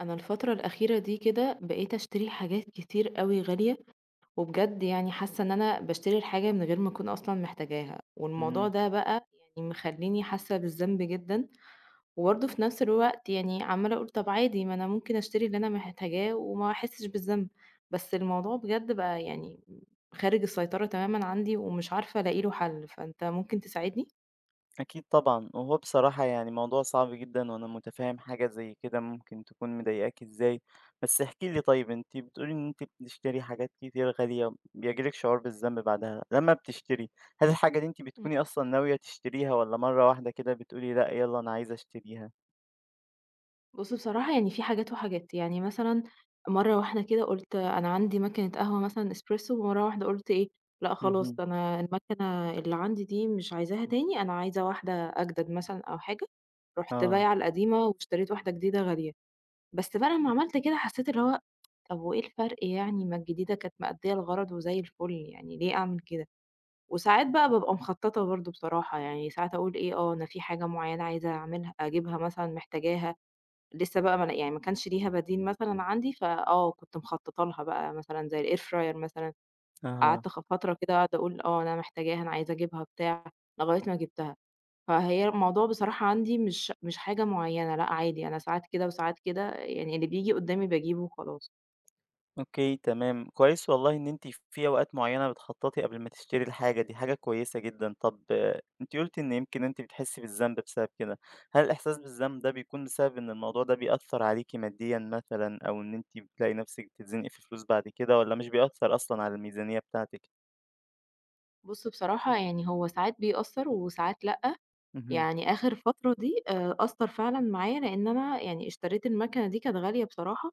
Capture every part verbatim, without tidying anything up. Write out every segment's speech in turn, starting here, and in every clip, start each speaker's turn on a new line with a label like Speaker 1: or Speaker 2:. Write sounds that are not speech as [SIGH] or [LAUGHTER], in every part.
Speaker 1: انا الفتره الاخيره دي كده بقيت اشتري حاجات كتير قوي غاليه وبجد يعني حاسه ان انا بشتري الحاجه من غير ما اكون اصلا محتاجاها، والموضوع
Speaker 2: إمم،
Speaker 1: ده بقى يعني مخليني حاسه بالذنب جدا، وبرضه في نفس الوقت يعني عماله اقول طب عادي ما انا ممكن اشتري اللي انا محتاجاه وما احسش بالذنب. بس الموضوع بجد بقى يعني خارج السيطره تماما عندي ومش عارفه الاقي له حل، فانت ممكن تساعدني؟
Speaker 2: أكيد طبعًا، وهو بصراحة يعني موضوع صعب جدًا، وأنا متفهم حاجة زي كده ممكن تكون مضايقاك إزاي، بس احكِ لي طيب أنتِ بتقولي إن أنتِ بتشتري حاجات كتير غالية، بييجي لِك شعور بالذنب بعدها، لمّا بتشتري هل الحاجة دي أنتِ بتكوني أصلًا ناوية تشتريها والّا مرّة واحدة كده بتقولي لأ يالّا أنا عايزة أشتريها؟
Speaker 1: بُص بصراحة يعني في حاجات وحاجات، يعني مثلًا مرّة واحدة كده قُلت أنا عندي ماكينة قهوة مثلًا espresso، ومرّة واحدة قُلت إيه، لأ خلاص
Speaker 2: اهم،
Speaker 1: أنا الماكنة اللي عندي دي مش عايزاها تاني، أنا عايزة واحدة أجدد مثلًا أو حاجة، رُحت
Speaker 2: آه،
Speaker 1: بايعة القديمة واشتريت واحدة جديدة غالية، بس بقى لمّا عملت كده حسيت اللي هو طب وإيه الفرق يعني؟ ما الجديدة كانت مأدية الغرض وزي الفل، يعني ليه أعمل كده؟ وساعات بقى بابقى مخططة برضه بصراحة، يعني ساعات أقول إيه، آه أنا في حاجة معيّنة عايزة أعملها أجيبها مثلًا محتاجاها لسه بقى ما ل يعني ما كانش ليها بديل مثلًا عندي، فآه كنت مخططة لها بقى مثلًا زي الair fryer مثلًا،
Speaker 2: أها.
Speaker 1: قعدت خ فترة كده قاعدة أقول آه أنا محتاجاها، أنا عايزة أجيبها، بتاع، لغاية ما جبتها. فهي الموضوع بصراحة عندي مش مش حاجة معينة، لأ عادي أنا ساعات كده وساعات كده، يعني اللي بييجي قدامي باجيبه وخلاص.
Speaker 2: أوكي، تمام، كويس والله إن أنتِ في أوقات معيّنة بتخطّطي قبل ما تشتري الحاجة دي، حاجة كويسة جدًا. طب آه، أنتِ قُلتِ إن يمكن أنتِ بتحسّي بالذنب بسبب كده، هل الإحساس بالذنب ده بيكون بسبب إن الموضوع ده بيأثّر عليكِ ماديًا مثلًا أو إن أنتِ بتلاقي نَفْسِك بتتزنقي في فلوس بعد كده والّا مش بيأثّر أصلًا على الميزانية بتاعتِك؟
Speaker 1: بُص بصراحة يعني هو ساعات بيأثّر وساعات لأ،
Speaker 2: اهم،
Speaker 1: يعني آخر فترة دي آآ أثّر فعلًا معايا، لإن أنا يعني اشتريت الماكنة دي كانت غالية بصراحة،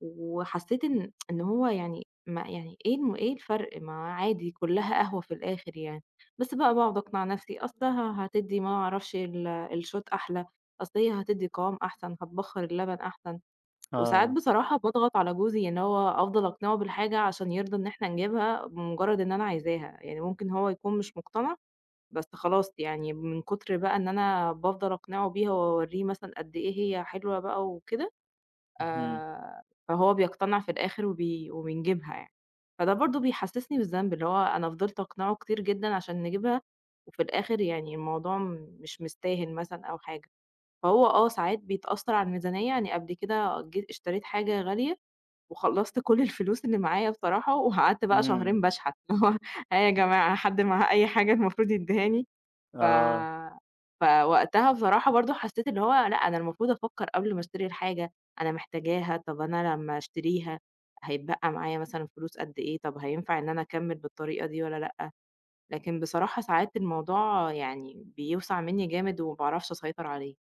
Speaker 1: وحسيت إن إن هو يعني ما يعني إيه الم إيه الفرق؟ ما عادي كلّها قهوة في الآخر يعني، بس بقى باقعد أقنع نفسي أصلها هتدّي ما أعرفش ال الshot أحلى، أصل هي هتدّي قوام أحسن، هتبخّر اللبن أحسن، وساعات
Speaker 2: آه،
Speaker 1: بصراحة باضغط على جوزي إن هو أفضل أقنعه بالحاجة عشان يرضى إن إحنا نجيبها بمجرد إن أنا عايزاها، يعني ممكن هو يكون مش مقتنع، بس خلاص يعني من كتر بقى إن أنا بافضل أقنعه بيها وأورّيه مثلًا قد إيه هي حلوة بقى وكده،
Speaker 2: اهم،
Speaker 1: آآ فهو بيقتنع في الآخر وبي وبنجيبها يعني. فده برضه بيحسّسني بالذنب، اللي هو أنا فضلت أقنعه كتير جدًا عشان نجيبها وفي الآخر يعني الموضوع م- مش مستاهل مثلًا أو حاجة. فهو آه ساعات بيتأثّر على الميزانية، يعني قبل كده جيت اشتريت حاجة غالية وخلّصت [LAUGHS] كل الفلوس اللي معايا بصراحة وقعدت بقى
Speaker 2: إمم،
Speaker 1: شهرين باشحت، [LAUGHS] اللي هو ها يا جماعة، حد معاه أي حاجة المفروض يدّيهاني؟ ف
Speaker 2: آه.
Speaker 1: فوقتها بصراحة برضه حسّيت اللي هو لأ، أنا المفروض أفكّر قبل ما أشتري الحاجة، أنا محتاجاها، طَب أنا لمّا أشتريها هيتبقى معايا مثلًا فلوس قد إيه، طَب هينفع إن أنا أكمّل بالطريقة دي والّا لأ؟ لكن بصراحة ساعات الموضوع يعني بيوسع منّي جامد وما باعرفش أسيطر عليه.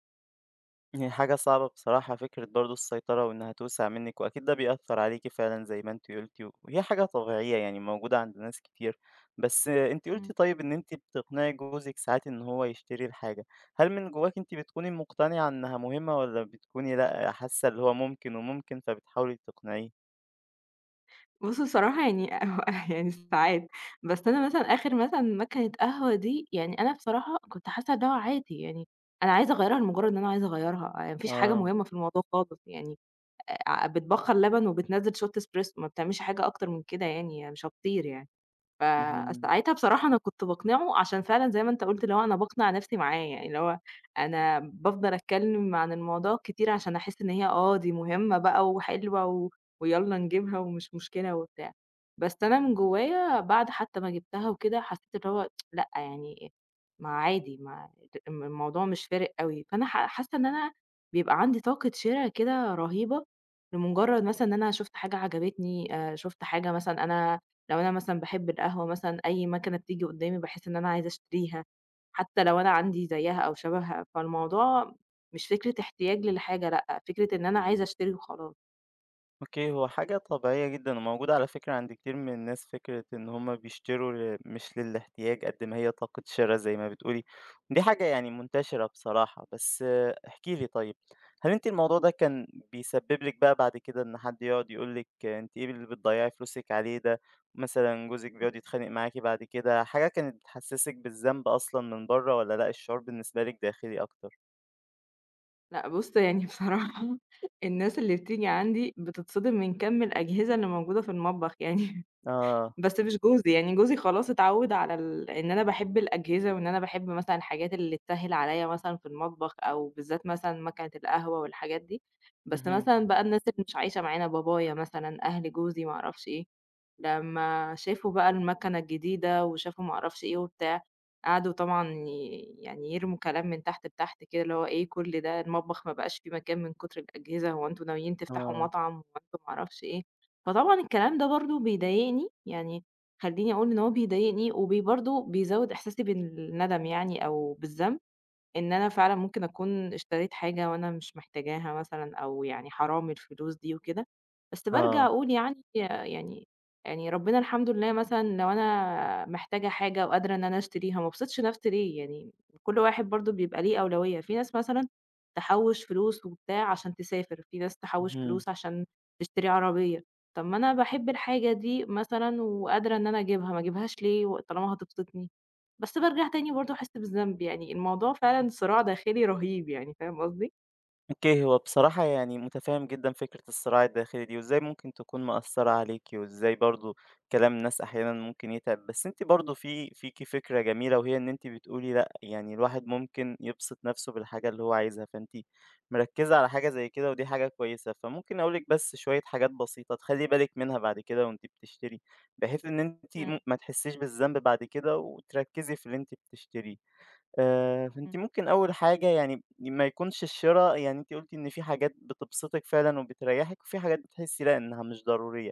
Speaker 2: هي حاجة صعبة بصراحة فكرة برضه السيطرة وإنها توسع منِّك، وأكيد ده بيأثّر عليكِ فعلًا زي ما أنتِ قُلتِ، وهي حاجة طبيعية يعني موجودة عند ناس كتير. بس أنتِ
Speaker 1: إمم.
Speaker 2: قُلتِ طيب إن أنتِ بتقنعي جوزِك ساعات إن هو يشتري الحاجة، هل من جواكِ أنتِ بتكوني مقتنعة إنها مهمة والّا بتكوني لأ، حاسة اللي هو ممكن وممكن فبتحاولي تقنعيه؟
Speaker 1: بُص بصراحة يعني [LAUGHS] يعني ساعات، بس أنا مثلًا آخر مثلًا ماكينة قهوة دي، يعني أنا بصراحة كنت حاسّة إن هو عادي يعني أنا عايزة أغيّرها لمجرّد إن أنا عايزة أغيّرها، آآ ما فيش حاجة
Speaker 2: آه،
Speaker 1: مهمة في الموضوع خالص يعني. آآ، بتبخّر لبن وبتنزّل شوت إسبريسو، ما بتعملش حاجة أكتر من كده يعني، مش هتطير يعني.
Speaker 2: اهم.
Speaker 1: فساعتها بصراحة أنا كنت باقنعه عشان فعلًا زي ما أنت قُلت، اللي هو أنا باقنع نفسي معاه، يعني اللي هو أنا بافضل أتكلم عن الموضوع كتير عشان أحس إن هي آه، دي مهمة بقى وحلوة، و ويالّا نجيبها ومش مشكلة وبتاع. بس أنا من جوايا بعد حتى ما جبتها وكده، حسيت اللي هو لأ، يعني ما عادي، ما الم الموضوع مش فارق أوي. فأنا ح حاسة إن أنا بيبقى عندي طاقة شِرا كده رهيبة، لمجرد مثلًا إن أنا شُفت حاجة عجبتني، آآ شُفت حاجة مثلًا أنا لو أنا مثلًا باحب القهوة مثلًا أي ماكينة بتيجي قدامي باحس إن أنا عايزة أشتريها، حتى لو أنا عندي زيها أو شبهها، فالموضوع مش فكرة احتياج للحاجة، لأ، فكرة إن أنا عايزة أشتري وخلاص.
Speaker 2: أوكي، هو حاجة طبيعية جدًا وموجودة على فكرة عند كتير من الناس، فكرة إن هم بيشتروا ل مش للاحتياج قد ما هي طاقة شرا زي ما بتقولي، دي حاجة يعني منتشرة بصراحة. بس احكي لي طيب، هل أنتِ الموضوع ده كان بيسبب لِك بقى بعد كده إن حد يقعد يقول لِك أنتِ إيه اللي بتضيّعي فلوسِك عليه ده، مثلًا جوزِك
Speaker 1: إمم.
Speaker 2: بيقعد يتخانق معاكِ بعد كده، حاجة كانت بتحسسِك بالذنب أصلًا من برّه والّا لأ الشعور بالنسبة لِك داخلي أكتر؟
Speaker 1: لأ بُص يعني بصراحة [LAUGHS] الناس اللي بتيجي عندي بتتصدم من كم الأجهزة اللي موجودة في المطبخ يعني،
Speaker 2: آه،
Speaker 1: بس مش جوزي، يعني جوزي خلاص اتعوّد على ال إن أنا باحب الأجهزة وإن أنا باحب مثلًا الحاجات اللي تسهِّل عليّا مثلًا في المطبخ أو بالذات مثلًا ماكينة القهوة والحاجات دي، بس
Speaker 2: اهم،
Speaker 1: مثلًا بقى الناس اللي مش عايشة معانا، بابايا مثلًا، أهل جوزي، ما أعرفش إيه، لمّا شافوا بقى الماكنة الجديدة وشافوا ما أعرفش إيه وبتاع، قعدوا طبعًا ي يعني يرموا كلام من تحت لتحت كده، اللي هو إيه كل ده؟ المطبخ ما بقاش فيه مكان من كتر الأجهزة، هو أنتم ناويين تفتحوا
Speaker 2: آه،
Speaker 1: مطعم، هو أنتم ما أعرفش إيه، فطبعًا الكلام ده برضه بيضايقني، يعني خلّيني أقول إن هو بيضايقني وبي برضه بيزوّد إحساسي بالندم يعني أو بالذنب. إن أنا فعلًا ممكن أكون اشتريت حاجة وأنا مش محتاجاها مثلًا أو يعني حرام الفلوس دي وكده، بس بارجع
Speaker 2: آه،
Speaker 1: أقول يعني يعني يعني ربنا الحمد لله مثلًا لو أنا محتاجة حاجة وقادرة إن أنا أشتريها ما ابسطش نفسي ليه، يعني كل واحد برضه بيبقى ليه أولوية، في ناس مثلًا تحوّش فلوس وبتاع عشان تسافر، في ناس تحوّش
Speaker 2: اهم.
Speaker 1: فلوس عشان تشتري عربية، طب ما أنا باحب الحاجة دي مثلًا وقادرة إن أنا أجيبها، ما أجيبهاش ليه و طالما هتبسطني؟ بس بارجع تاني برضه أحس بالذنب، يعني الموضوع فعلًا صراع داخلي رهيب يعني، فاهم قصدي؟
Speaker 2: أوكي، هو بصراحة يعني متفهم جدًا فكرة الصراع الداخلي دي، وإزاي ممكن تكون مأثرة عليكِ، وإزاي برضه كلام ناس أحيانًا ممكن يتعب، بس أنتِ برضه في فيكِ فكرة جميلة، وهي إن أنتِ بتقولي لأ، يعني الواحد ممكن يبسط نفسه بالحاجة اللي هو عايزها، فأنتِ مركزة على حاجة زي كده، ودي حاجة كويسة. فممكن أقول لِك بس شوية حاجات بسيطة تخلّي بالِك منها بعد كده وأنتِ بتشتري، بحيث إن أنتِ
Speaker 1: إمم،
Speaker 2: م ما تحسيش بالذنب بعد كده، وتركزي في اللي أنتِ بتشتريه. آآ، فأنتِ
Speaker 1: إمم،
Speaker 2: ممكن أول حاجة يعني ما يكونش الشرا يعني أنتِ قُلتِ إن في حاجات بتبسطِك فعلًا وبتريّحِك، وفي حاجات بتحسي لأ إنها مش ضرورية،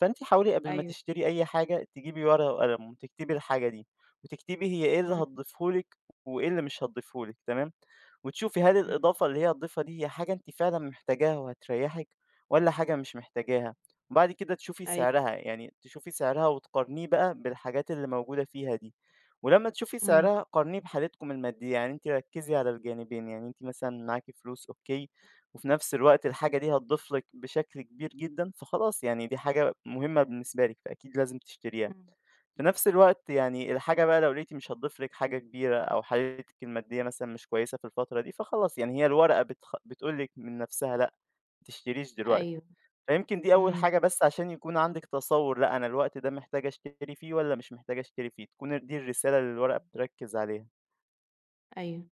Speaker 2: فأنتِ حاولي قبل ما
Speaker 1: أيوه،
Speaker 2: تشتري أي حاجة تجيبي ورقة وقلم وتكتبي الحاجة دي، وتكتبي هي إيه اللي
Speaker 1: إمم،
Speaker 2: هتضيفه لِك وإيه اللي مش هتضيفه لِك، تمام، وتشوفي هل
Speaker 1: إمم،
Speaker 2: الإضافة اللي هي هتضيفها دي هي حاجة أنتِ فعلًا محتاجاها وهتريّحِك، والّا حاجة مش
Speaker 1: إمم،
Speaker 2: محتاجاها، وبعد كده تشوفي
Speaker 1: أيوه،
Speaker 2: سعرها، يعني تشوفي سعرها وتقارنيه بقى بالحاجات اللي موجودة فيها دي. ولمّا تشوفي
Speaker 1: إمم،
Speaker 2: سعرها قارنيه بحالتكم المادية، يعني أنتِ ركّزي على الجانبين، يعني أنتِ مثلًا معاكِ فلوس أوكي، وفي نفس الوقت الحاجة دي هتضيف لِك بشكل كبير جدًا، فخلاص يعني دي حاجة مهمة بالنسبة لِك، فأكيد لازم تشتريها.
Speaker 1: إمم،
Speaker 2: في نفس الوقت يعني الحاجة بقى لو لقيتِ مش هتضيف لِك حاجة كبيرة أو حالتِك المادية مثلًا مش كويسة في الفترة دي، فخلاص يعني هي الورقة بتخ بتقول لِك من نفسها لأ، ما تشتريش دلوقتي.
Speaker 1: أيوه،
Speaker 2: فيمكن دي أول
Speaker 1: إمم،
Speaker 2: حاجة بس عشان يكون عندِك تصوُّر، لأ أنا الوقت ده محتاجة أشتري فيه والّا مش محتاجة أشتري فيه، تكون دي الرسالة اللي الورقة بتركّز عليها.
Speaker 1: أيوه.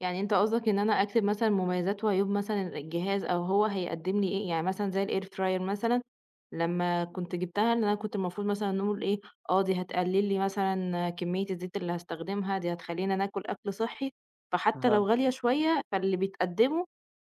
Speaker 1: يعني أنت قصدك إن أنا أكتب مثلًا مميزات وعيوب مثلًا الجهاز أو هو هيقدّم لي إيه، يعني مثلًا زي الair fryer مثلًا لمّا كنت جبتها إن أنا كنت المفروض مثلًا نقول إيه، آه دي هتقلل لي مثلًا كمية الزيت اللي هاستخدمها، دي هتخلّينا ناكل أكل صحّي، فحتى
Speaker 2: أها.
Speaker 1: لو غالية شوية فاللي بيتقدّمه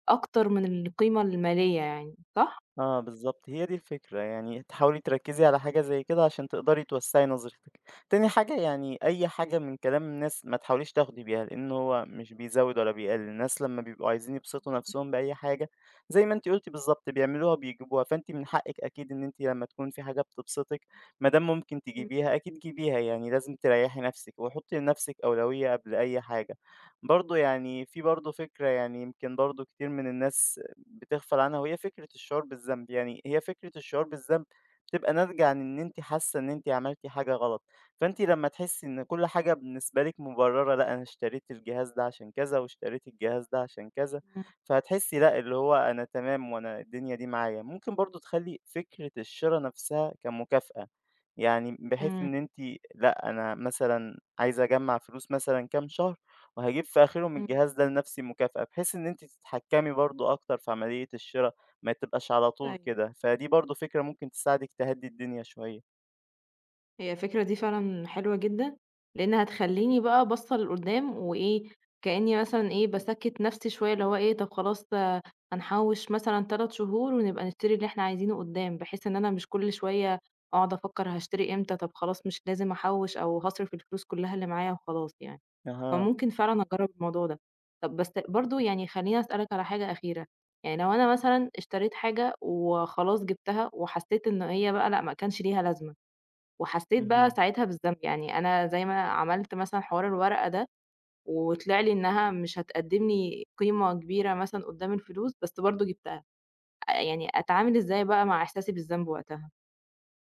Speaker 1: أكتر من القيمة المالية يعني، صح؟
Speaker 2: آه بالضبط، هي دي الفكرة، يعني تحاولي تركّزي على حاجة زي كده عشان تقدري توسّعي نظرتِك. تاني حاجة يعني أي حاجة من كلام الناس ما تحاوليش تاخدي بيها، لإن هو مش بيزوّد ولا بيقلِّل، الناس لمّا بيبقوا عايزين يبسطوا نَفْسهم بأي حاجة زي ما أنتِ قُلتِ بالضبط بيعملوها بيجيبوها، فأنتِ من حقِّك أكيد إن أنتِ لمّا تكون في حاجة بتبسطِك ما دام ممكن
Speaker 1: إمم،
Speaker 2: تجيبيها أكيد جيبيها، يعني لازم تريّحي نَفْسِك وحُطّي لنَفْسِك أولوية قبل أي حاجة. برضه يعني في برضه فكرة يعني يمكن برضه كتير من الناس بتغفل عنها وهي فكرة الشعور بالذنب، يعني هي فكرة الشعور بالذنب بتبقى ناتجة عن إن أنتِ حاسة إن أنتِ عملتِ حاجة غلط، فأنتِ لمّا تحسي إن كل حاجة بالنسبة لِك مبررة، لأ أنا اشتريت الجهاز ده عشان كذا، واشتريت الجهاز ده عشان كذا،
Speaker 1: إمم،
Speaker 2: فهتحسي لأ اللي هو أنا تمام وأنا الدنيا دي معايا. ممكن برضه تخلّي فكرة الشرا نفسها كمكافأة، يعني بحيث
Speaker 1: إمم،
Speaker 2: إن أنتِ لأ أنا مثلًا عايزة أجمّع فلوس مثلًا كام شهر وهاجيب في آخرهم
Speaker 1: إمم.
Speaker 2: الجهاز ده لنفسي مكافأة، بحيث إن أنتِ تتحكمي برضه أكتر في عملية الشرا، ما تبقاش على طول
Speaker 1: أيوه.
Speaker 2: كده، فدي برضه فكرة ممكن تساعدِك تهدّي الدنيا شوية.
Speaker 1: هي الفكرة دي فعلًا حلوة جدًا، لإن هتخلّيني بقى باصّة لقدّام وإيه، كإنّي مثلًا إيه، باسكّت نَفْسي شوية اللي هو إيه، طَب خلاص آه، هنحوّش مثلًا تلات شهور ونبقى نشتري اللي إحنا عايزينه قدّام، بحيث إن أنا مش كل شوية أقعد أفكّر هاشتري إمتى، طَب خلاص مش لازم أحوّش أو هاصرف الفلوس كلّها اللي معايا وخلاص يعني،
Speaker 2: أها،
Speaker 1: فممكن فعلًا أجرّب الموضوع ده. طَب بس برضه يعني خلّيني أسألك على حاجة أخيرة، يعني لو أنا مثلًا اشتريت حاجة وخلاص جِبتها وحسّيت إن هي بقى لأ، ما كانش ليها لازمة، وحسّيت بقى
Speaker 2: اهم.
Speaker 1: ساعتها بالذنب، يعني أنا زي ما عملت مثلًا حوار الورقة ده وطلع لي إنها مش هتقدّم لي قيمة كبيرة مثلًا قدّام الفلوس، بس برضه جِبتها، أ يعني أتعامل إزاي بقى مع إحساسي بالذنب وقتها؟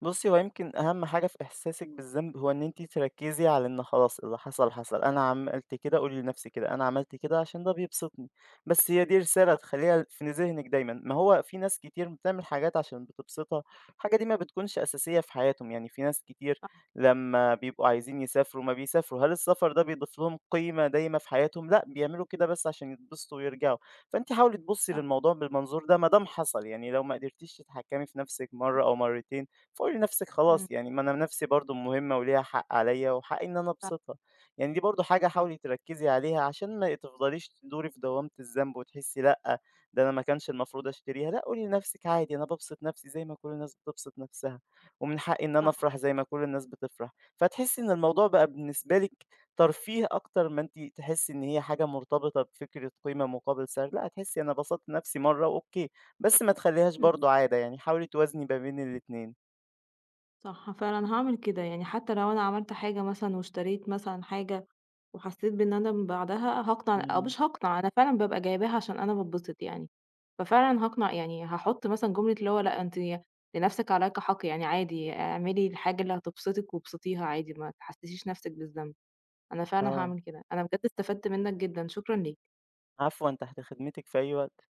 Speaker 2: بُصّي، هو يمكن أهم حاجة في إحساسِك بالذنب هو إن أنتِ تركّزي على إن خلاص اللي حصل، حصل، أنا عملت كده قولي لنفسِك كده، أنا عملت كده عشان ده بيبسطني، بس هي دي رسالة
Speaker 1: آه،
Speaker 2: تخلّيها في ذهنِك دايمًا، ما هو في ناس كتير بتعمل حاجات عشان بتبسطها، الحاجة دي ما بتكونش أساسية في حياتهم، يعني في ناس كتير
Speaker 1: صح،
Speaker 2: لمّا بيبقوا عايزين يسافروا ما بيسافروا، هل السفر ده بيضيف لهم قيمة دايمة في حياتهم؟ لأ، بيعملوا كده بس عشان يتبسطوا ويرجعوا، فأنتِ حاولي تبُصّي
Speaker 1: صح،
Speaker 2: للموضوع بالمنظور ده ما دام حصل، يعني لو ما قدرتيش تتحكمي في نفسِك مرّة أو
Speaker 1: إمم،
Speaker 2: مرّتين فقولي لنفسِك
Speaker 1: إمم،
Speaker 2: خلاص يعني ما أنا نفسي برضه مهمة وليها حق عليَّ وحقي إن أنا
Speaker 1: صح،
Speaker 2: أبسطها، يعني دي برضه حاجة
Speaker 1: صح،
Speaker 2: حاولي تركّزي عليها عشان ما تفضليش تدوري في دوامة الذنب وتحسي لأ، ده أنا ما كانش المفروض أشتريها، لأ قولي لنفسِك عادي أنا بابسط نفسي زي ما كل الناس بتبسط نفسها، ومن حقي إن أنا
Speaker 1: صح،
Speaker 2: أفرح زي ما كل الناس بتفرح، فهتحسي إن الموضوع بقى بالنسبة لِك ترفيه أكتر ما أنتِ تحسي إن هي حاجة مرتبطة بفكرة قيمة مقابل سعر، لأ هتحسي أنا بسطت نفسي مرة أوكي، بس ما تخليهاش برضه
Speaker 1: إمم.
Speaker 2: عادة، يعني حاولي توازني ما بين الاتنين.
Speaker 1: صح فعلًا هاعمل كده، يعني حتى لو أنا عملت حاجة مثلًا واشتريت مثلًا حاجة وحسيت بندم بعدها هاقنع أو
Speaker 2: إمم،
Speaker 1: مش هاقنع، أنا فعلًا بابقى جايباها عشان أنا باتبسط يعني، ففعلًا هاقنع يعني هاحط مثلًا جملة اللي هو لأ أنتِ لنفسِك عليكِ حق، يعني عادي اعملي الحاجة اللي هتبسطِك وابسطيها عادي، ما تحسسيش نفسِك بالذنب، أنا فعلًا
Speaker 2: آه،
Speaker 1: هاعمل كده، أنا بجد استفدت منك جدًا، شكرًا ليك.
Speaker 2: عفوًا تحت خدمتِك في أي وقت.